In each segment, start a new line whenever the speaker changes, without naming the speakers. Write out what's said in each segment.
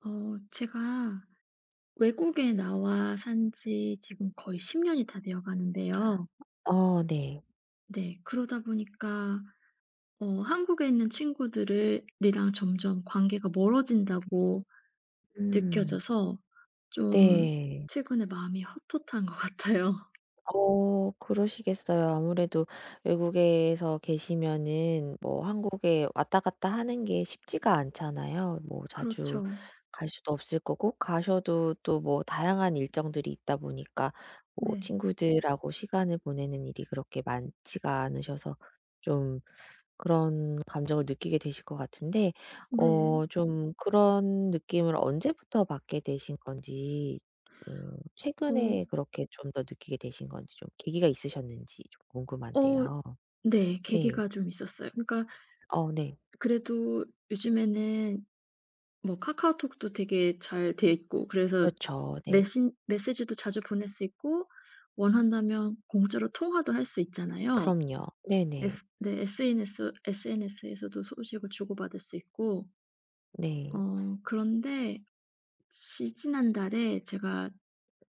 어 제가 외국에 나와 산지 지금 거의 10 년이 다 되어 가는데요.
아, 네.
네. 그러다 보니까 한국에 있는 친구들을 이랑 점점 관계가 멀어진다고
음
느껴져서 좀
네.
최근에 마음이 헛헛한 것 같아요.
그러시겠어요. 아무래도 외국에서 계시면은 뭐 한국에 왔다 갔다 하는 게 쉽지가 않잖아요. 뭐 자주
그렇죠.
갈 수도 없을 거고, 가셔도 또 뭐 다양한 일정들이 있다 보니까 뭐
네.
친구들하고 시간을 보내는 일이 그렇게 많지가 않으셔서 좀 그런 감정을 느끼게 되실 것 같은데.
네.
좀 그런 느낌을 언제부터 받게 되신 건지, 음, 최근에
어
그렇게 좀 더 느끼게 되신 건지, 좀 계기가 있으셨는지 좀
어
궁금한데요.
네.
네.
계기가 좀 있었어요. 그러니까
어, 네.
그래도 요즘에는 뭐 카카오톡도 되게 잘 돼 있고 그래서
그렇죠. 네.
메신 메시지도 자주 보낼 수 있고 원한다면 공짜로 통화도 할 수 있잖아요.
그럼요. 네네.
S 네 SNS에서도 소식을 주고받을 수 있고
네.
그런데 지 지난달에 제가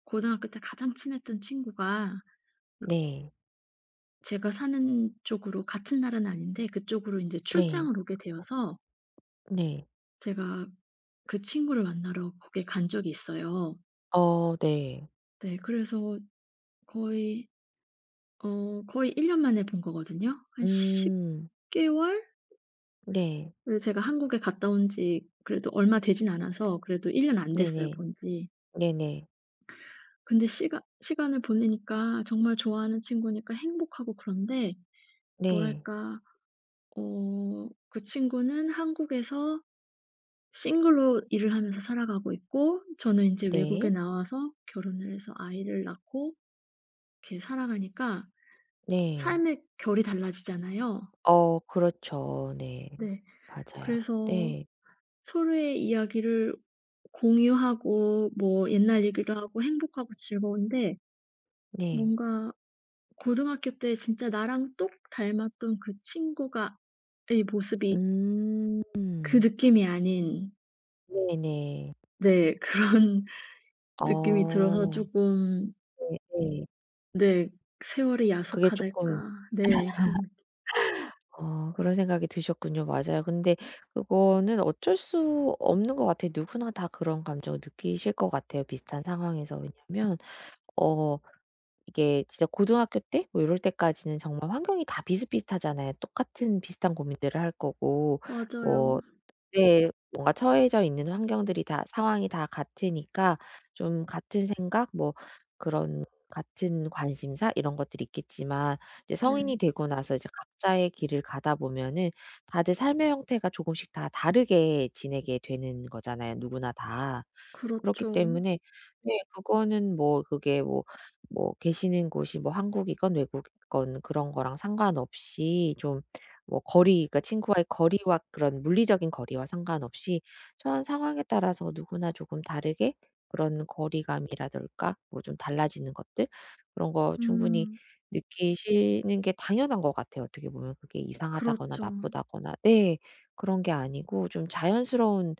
고등학교 때 가장 친했던 친구가
네.
제가 사는 쪽으로, 같은 나라는 아닌데 그쪽으로 인제
네.
출장을 오게 되어서
네.
제가 그 친구를 만나러 거길 간 적이 있어요.
어, 네.
네, 그래서 거의 거의 1년 만에 본 거거든요. 한 10
음.
개월?
네.
을 제가 한국에 갔다 온지 그래도 얼마 되진 않아서 그래도 1년 안 됐어요
네네.
본 지.
네네.
근데 시간을 보내니까 정말 좋아하는 친구니까 행복하고, 그런데
네.
뭐랄까 그 친구는 한국에서 싱글로 일을 하면서 살아가고 있고 저는 인제 외국에
네.
나와서 결혼을 해서 아이를 낳고 이렇게 살아가니까
네.
삶의 결이 달라지잖아요.
어, 그렇죠. 네.
네.
맞아요.
그래서
네.
서로의 이야기를 공유하고 뭐 옛날 얘기도 하고 행복하고 즐거운데,
네.
뭔가 고등학교 때 진짜 나랑 똑 닮았던 그 친구가 의 모습이, 그
음.
느낌이 아닌,
네네.
네, 그런 느낌이 들어서
어,
조금,
네네.
네, 세월이
그게 쪼끔,
야속하달까. 네, 그런 느낌.
그런 생각이 드셨군요. 맞아요. 근데 그거는 어쩔 수 없는 것 같아요. 누구나 다 그런 감정을 느끼실 것 같아요, 비슷한 상황에서. 왜냐면 어 이게 진짜 고등학교 때 뭐 요럴 때까지는 정말 환경이 다 비슷비슷하잖아요. 똑같은 비슷한 고민들을 할 거고, 뭐
맞아요.
네, 뭔가 처해져 있는 환경들이 다, 상황이 다 같으니까 좀 같은 생각 뭐 그런 같은 관심사 이런 것들이 있겠지만, 이제 성인이
네.
되고 나서 이제 각자의 길을 가다 보면은 다들 삶의 형태가 조금씩 다 다르게 지내게 되는 거잖아요, 누구나 다. 그렇기
그렇죠.
때문에 네, 그거는 뭐 그게 뭐, 뭐 계시는 곳이 뭐 한국이건 외국이건 그런 거랑 상관없이 좀 뭐 거리, 그러니까 친구와의 거리와 그런 물리적인 거리와 상관없이 처한 상황에 따라서 누구나 조금 다르게 그런 거리감이라든가 뭐 좀 달라지는 것들, 그런 거 충분히
음
느끼시는 게 당연한 것 같아요. 어떻게 보면 그게 이상하다거나
그렇죠.
나쁘다거나 네, 그런 게 아니고 좀 자연스러운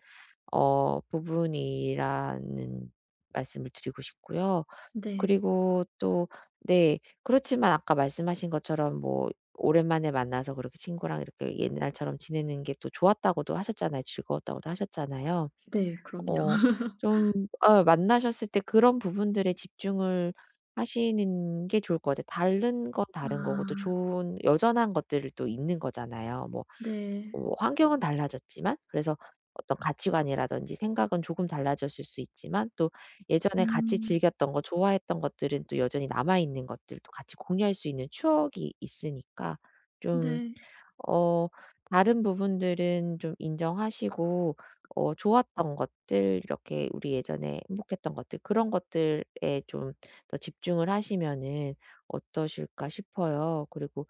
부분이라는 말씀을 드리고 싶고요.
네.
그리고 또 네, 그렇지만 아까 말씀하신 것처럼 뭐 오랜만에 만나서 그렇게 친구랑 이렇게 옛날처럼 지내는 게 또 좋았다고도 하셨잖아요. 즐거웠다고도 하셨잖아요.
네, 그럼요.
어 좀 만나셨을 때 그런 부분들에 집중을 하시는 게 좋을 것 같아요. 다른 건 다른 거고 또
아,
좋은 여전한 것들을 또 있는 거잖아요. 뭐
네.
뭐 환경은 달라졌지만, 그래서 어떤 가치관이라든지 생각은 조금 달라졌을 수 있지만 또 예전에 같이
음
즐겼던 거, 좋아했던 것들은 또 여전히 남아 있는 것들 도 같이 공유할 수 있는 추억이 있으니까 좀
네.
어 다른 부분들은 좀 인정하시고, 좋았던 것들, 이렇게 우리 예전에 행복했던 것들, 그런 것들에 좀 더 집중을 하시면은 어떠실까 싶어요. 그리고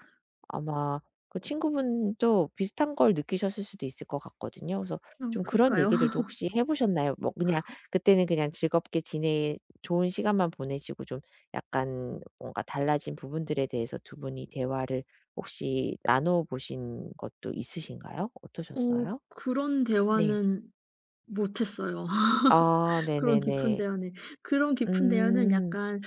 아마 그 친구분도 비슷한 걸 느끼셨을 수도 있을 것 같거든요. 그래서
아,
좀 그런
그럴까요?
얘기들도 혹시 해 보셨나요? 뭐 그냥 그때는 그냥 즐겁게 지내, 좋은 시간만 보내시고, 좀 약간 뭔가 달라진 부분들에 대해서 두 분이 대화를 혹시 나눠 보신 것도 있으신가요?
어
어떠셨어요?
그런
네.
대화는 못 했어요.
아,
그런 깊은
네네네.
대화는. 그런 깊은 대화는
음.
약간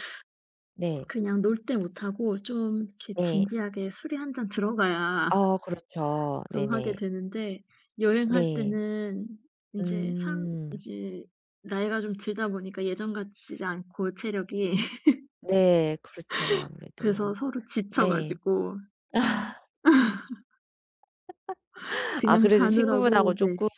네.
그냥 놀 때 못 하고 좀 이렇게
네.
진지하게 술이 한 잔 들어가야
아, 그렇죠.
좀 하게
네네.
되는데, 여행할
네.
때는 이제 삶
음.
이제 나이가 좀 들다 보니까 예전 같지 않고 체력이
네. 그렇죠,
그래서
아무래도.
서로 지쳐
네.
가지고
아,
그냥
그래도
자느라고.
친구분하고
네.
쪼끔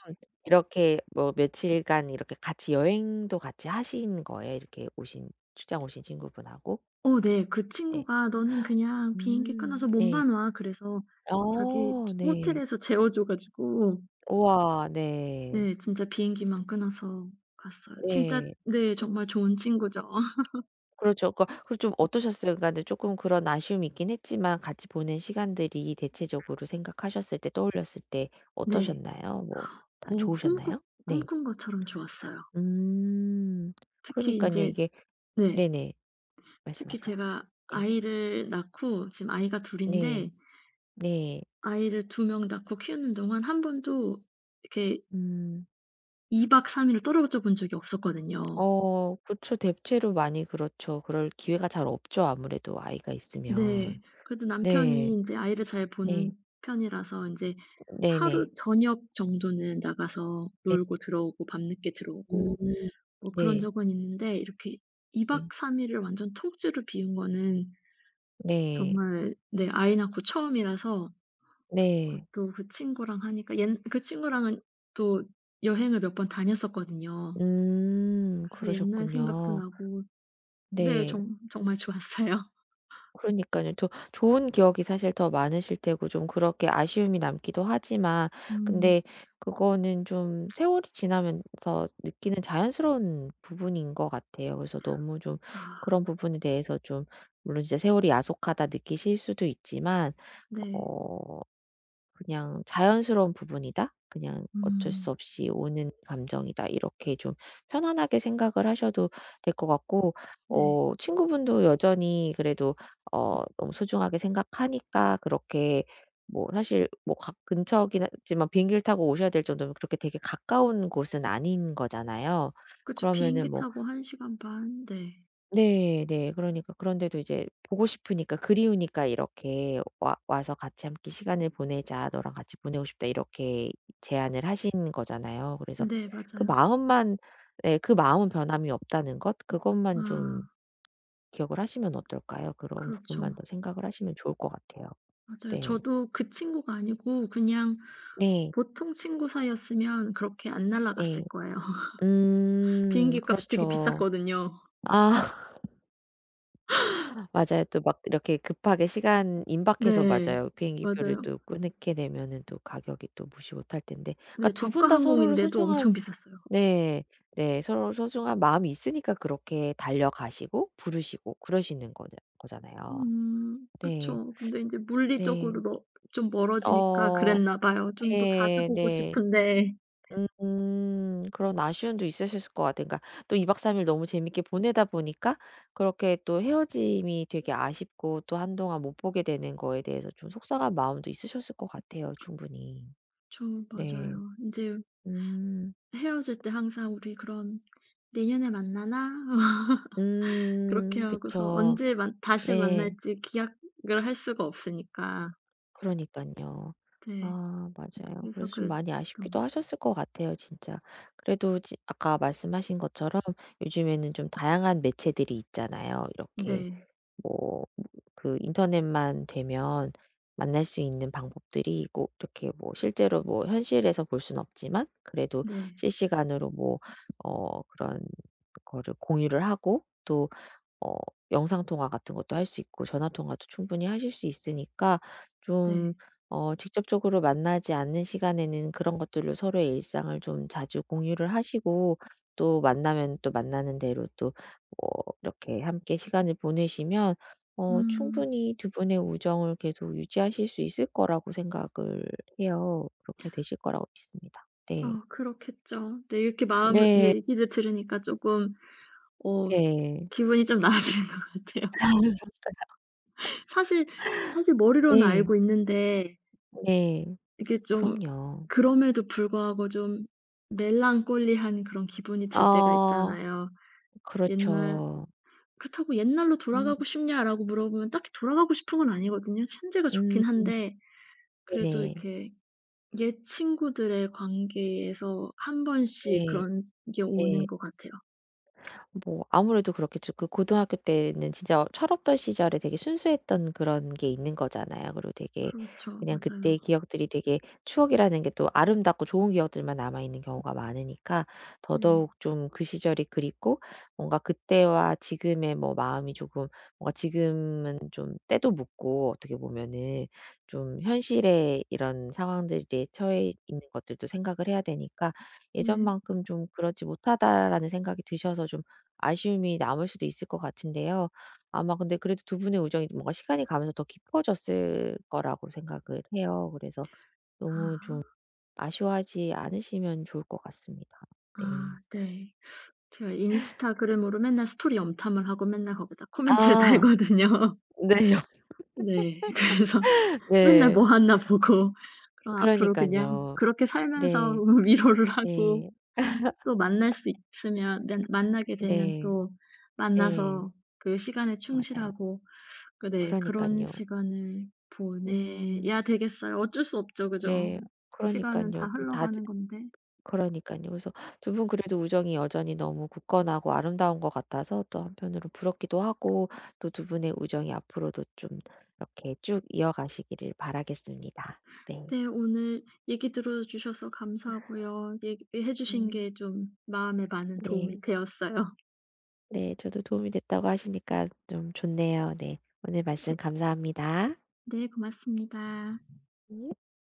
이렇게 뭐 며칠간 이렇게 같이 여행도 같이 하신 거예요? 이렇게 오신, 출장 오신 친구분하고?
네. 그
네.
친구가 "너는 그냥 비행기 끊어서
음. 네.
몸만 와." 그래서 자기
어, 네.
호텔에서 재워 줘 가지고,
우와, 네.
네, 진짜 비행기만 끊어서 갔어요. 진짜,
네.
네, 정말 좋은 친구죠.
그렇죠. 그러니까 그리고 좀 어떠셨어요? 그러니까는 쪼끔 그런 아쉬움이 있긴 했지만 같이 보낸 시간들이 대체적으로 생각하셨을 때, 떠올렸을 때
네.
어떠셨나요? 뭐 다
어 꿈꾸
좋으셨나요? 네.
꿈꾼 것처럼 좋았어요.
음.
특히
그러니깐요.
인제
이게
네.
네네.
특히
말씀하세요.
제가
네.
아이를 낳고, 지금 아이가 둘
네.
인데,
네.
아이를 두 명 낳고 키우는 동안 한 번도 이렇게
음.
2 박 3 일을 떨어져 본 적이 없었거든요.
어, 그쵸. 대체로 많이 그렇죠. 그럴 기회가 잘 없죠, 아무래도 아이가
네.
있으면.
그래도
네.
남편이 인제 아이를 잘 보는
네.
편이라서 인제 하루
네네.
저녁 정도는 나가서
네.
놀고 들어오고, 밤늦게
음.
들어오고, 뭐 그런
네.
적은 있는데 이렇게 2
네.
박 3 일을 완전 통째로 비운 거는
네.
정말, 네, 아이 낳고 처음이라서.
네.
그것도 그 친구랑 하니까, 옛 그 친구랑은 또 여행을 몇 번 다녔었거든요.
음.
그래서 옛날 생각도
그러셨군요.
나고, 네,
네.
정 정말 좋았어요.
그러니까요, 저 좋은 기억이 사실 더 많으실 테고 좀 그렇게 아쉬움이 남기도 하지만
음.
근데 그거는 좀 세월이 지나면서 느끼는 자연스러운 부분인 것 같아요. 그래서 너무 좀
아,
그런 부분에 대해서 좀, 물론 진짜 세월이 야속하다 느끼실 수도 있지만
네.
어 그냥 '자연스러운 부분이다. 그냥 어쩔 수
음.
없이 오는 감정이다.' 이렇게 좀 편안하게 생각을 하셔도 될 것 같고,
네.
친구분도 여전히 그래도 너무 소중하게 생각하니까 그렇게 뭐 사실 뭐 가 근처긴 하지만 비행기를 타고 오셔야 될 정도면 그렇게 되게 가까운 곳은 아닌 거잖아요.
그쵸.
그러면은
비행기
뭐
타고 한 시간 반. 네.
네, 네. 그러니까 그런데도 이제 보고 싶으니까, 그리우니까, 이렇게 "와, 와서 같이 함께 시간을 보내자. 너랑 같이 보내고 싶다." 이렇게 제안을 하신 거잖아요. 그래서
네,
그
맞아요.
마음만 네, 그 마음은 변함이 없다는 것, 그것만 좀
아,
기억을 하시면 어떨까요? 그런
그렇죠.
부분만 더 생각을 하시면 좋을 것 같아요.
맞아요.
네.
저도 그 친구가 아니고 그냥
네.
보통 친구 사이였으면 그렇게 안
네.
날아갔을 거예요.
음.
비행기 값이 되게
그렇죠.
비쌌거든요.
아. 맞아요. 또 막 이렇게 급하게, 시간 임박해서,
네.
맞아요, 비행기표를
맞아요.
또 끊게 되면은 또 가격이 또 무시 못할 텐데. 그러니까
네.
두 분
저가
다 서로를
항공인데도 엄청
소중한
비쌌어요.
네. 네. 서로 소중한 마음이 있으니까 그렇게 달려가시고 부르시고 그러시는 거잖, 거잖아요. 네.
그쵸. 근데 이제
네.
물리적으로 너 좀 멀어지니까
어,
그랬나 봐요. 좀 더 자주
네.
보고
네.
싶은데.
음, 그런 아쉬움도 있으셨을 것 같아요. 그러니까 또 2박 3일 너무 재밌게 보내다 보니까 그렇게 또 헤어짐이 되게 아쉽고, 또 한동안 못 보게 되는 거에 대해서 좀 속상한 마음도 있으셨을 것 같아요, 충분히.
저
네.
맞아요. 이제
음.
헤어질 때 항상 우리 그런 "내년에 만나나?" 그렇게
음,
하고서
그쵸.
언제 만 다시
네.
만날지 기약을 할 수가 없으니까.
그러니까요.
네.
아, 맞아요.
그래서
그래서 좀
그랬던
많이
것
아쉽기도
같아요.
하셨을 것 같아요, 진짜. 그래도 지 아까 말씀하신 것처럼 요즘에는 좀 다양한 매체들이 있잖아요. 이렇게
네.
뭐 그 인터넷만 되면 만날 수 있는 방법들이 고 이렇게 뭐 실제로 뭐 현실에서 볼 수는 없지만 그래도
네.
실시간으로 뭐 그런 거를 공유를 하고 또 어 영상 통화 같은 것도 할 수 있고 전화 통화도 충분히 하실 수 있으니까
네.
좀 직접적으로 만나지 않는 시간에는 그런 것들로 서로의 일상을 좀 자주 공유를 하시고, 또 만나면 또 만나는 대로 또 어, 이렇게 함께 시간을 보내시면
음.
충분히 두 분의 우정을 계속 유지하실 수 있을 거라고 생각을 해요. 그렇게 되실 거라고 믿습니다. 네.
아, 그렇겠죠. 네. 이렇게 마
네.
네 얘기를 들으니까 조금 어
네.
기분이 좀 나아지는 것 같아요. 사실 머리로는
네.
알고 있는데,
네.
이게 좀,
그럼요.
그럼에도 불구하고 좀 멜랑콜리한 그런 기분이 들 때가
아,
있잖아요. 옛날
그렇죠.
그렇다고 "옛날로 돌아가고
음
싶냐?"라고 물어보면 딱히 돌아가고 싶은 건 아니거든요. 현재가
음
좋긴 한데, 그래도
네네.
이렇게 옛 친구들의 관계에서 한 번씩
네.
그런 게
예.
오는 것 같아요.
뭐 아무래도 그렇겠죠. 그 고등학교 때는 진짜 철없던 시절에 되게 순수했던 그런 게 있는 거잖아요. 그리고 되게
그렇죠.
그냥
맞아요.
그때의 기억들이 되게, 추억이라는 게 또 아름답고 좋은 기억들만 남아있는 경우가 많으니까
네.
더더욱 좀 그 시절이 그립고 뭔가 그때와 지금의 뭐 마음이 조금, 뭔가 지금은 좀 때도 묻고 어떻게 보면은 좀 현실의 이런 상황들에 처해 있는 것들도 생각을 해야 되니까
네.
예전만큼 좀 그렇지 못하다라는 생각이 드셔서 좀 아쉬움이 남을 수도 있을 것 같은데요. 아마 근데 그래도 두 분의 우정이 뭔가 시간이 가면서 더 깊어졌을 거라고 생각을 해요. 그래서 너무
아.
좀 아쉬워하지 않으시면 좋을 것 같습니다. 네.
아, 네. 제가 인스타그램으로 맨날 스토리 염탐을 하고 맨날 거기다 코멘트를
아,
달거든요.
네요.
네. 그래서 맨날
네.
뭐 하나 보고, 그럼 앞으로 그냥
그러니깐요.
그렇게 살면서
네.
위로를 하고,
네.
또 만날 수 있으면 면 만나게 되면
네.
또
네.
만나서 그 시간에
맞아요.
충실하고 그런
그러니깐요.
시간을
음.
보내야 되겠어요. 어쩔 수 없죠. 그죠?
네.
시간은 다
그러니깐요. 또 다들
흘러가는 건데.
그러니까요, 그래서 두 분 그래도 우정이 여전히 너무 굳건하고 아름다운 것 같아서 또 한편으로 부럽기도 하고 또 두 분의 우정이 앞으로도 좀 이렇게 쭉 이어가시기를 바라겠습니다. 네.
네, 오늘 얘기 들어 주셔서 감사하고요. 얘기해 주신
네.
게 좀 마음에 많은 도움이
네.
되었어요.
네. 저도 도움이 됐다고 하시니까 좀 좋네요. 네. 오늘
네.
말씀 감사합니다.
네, 고맙습니다.
네.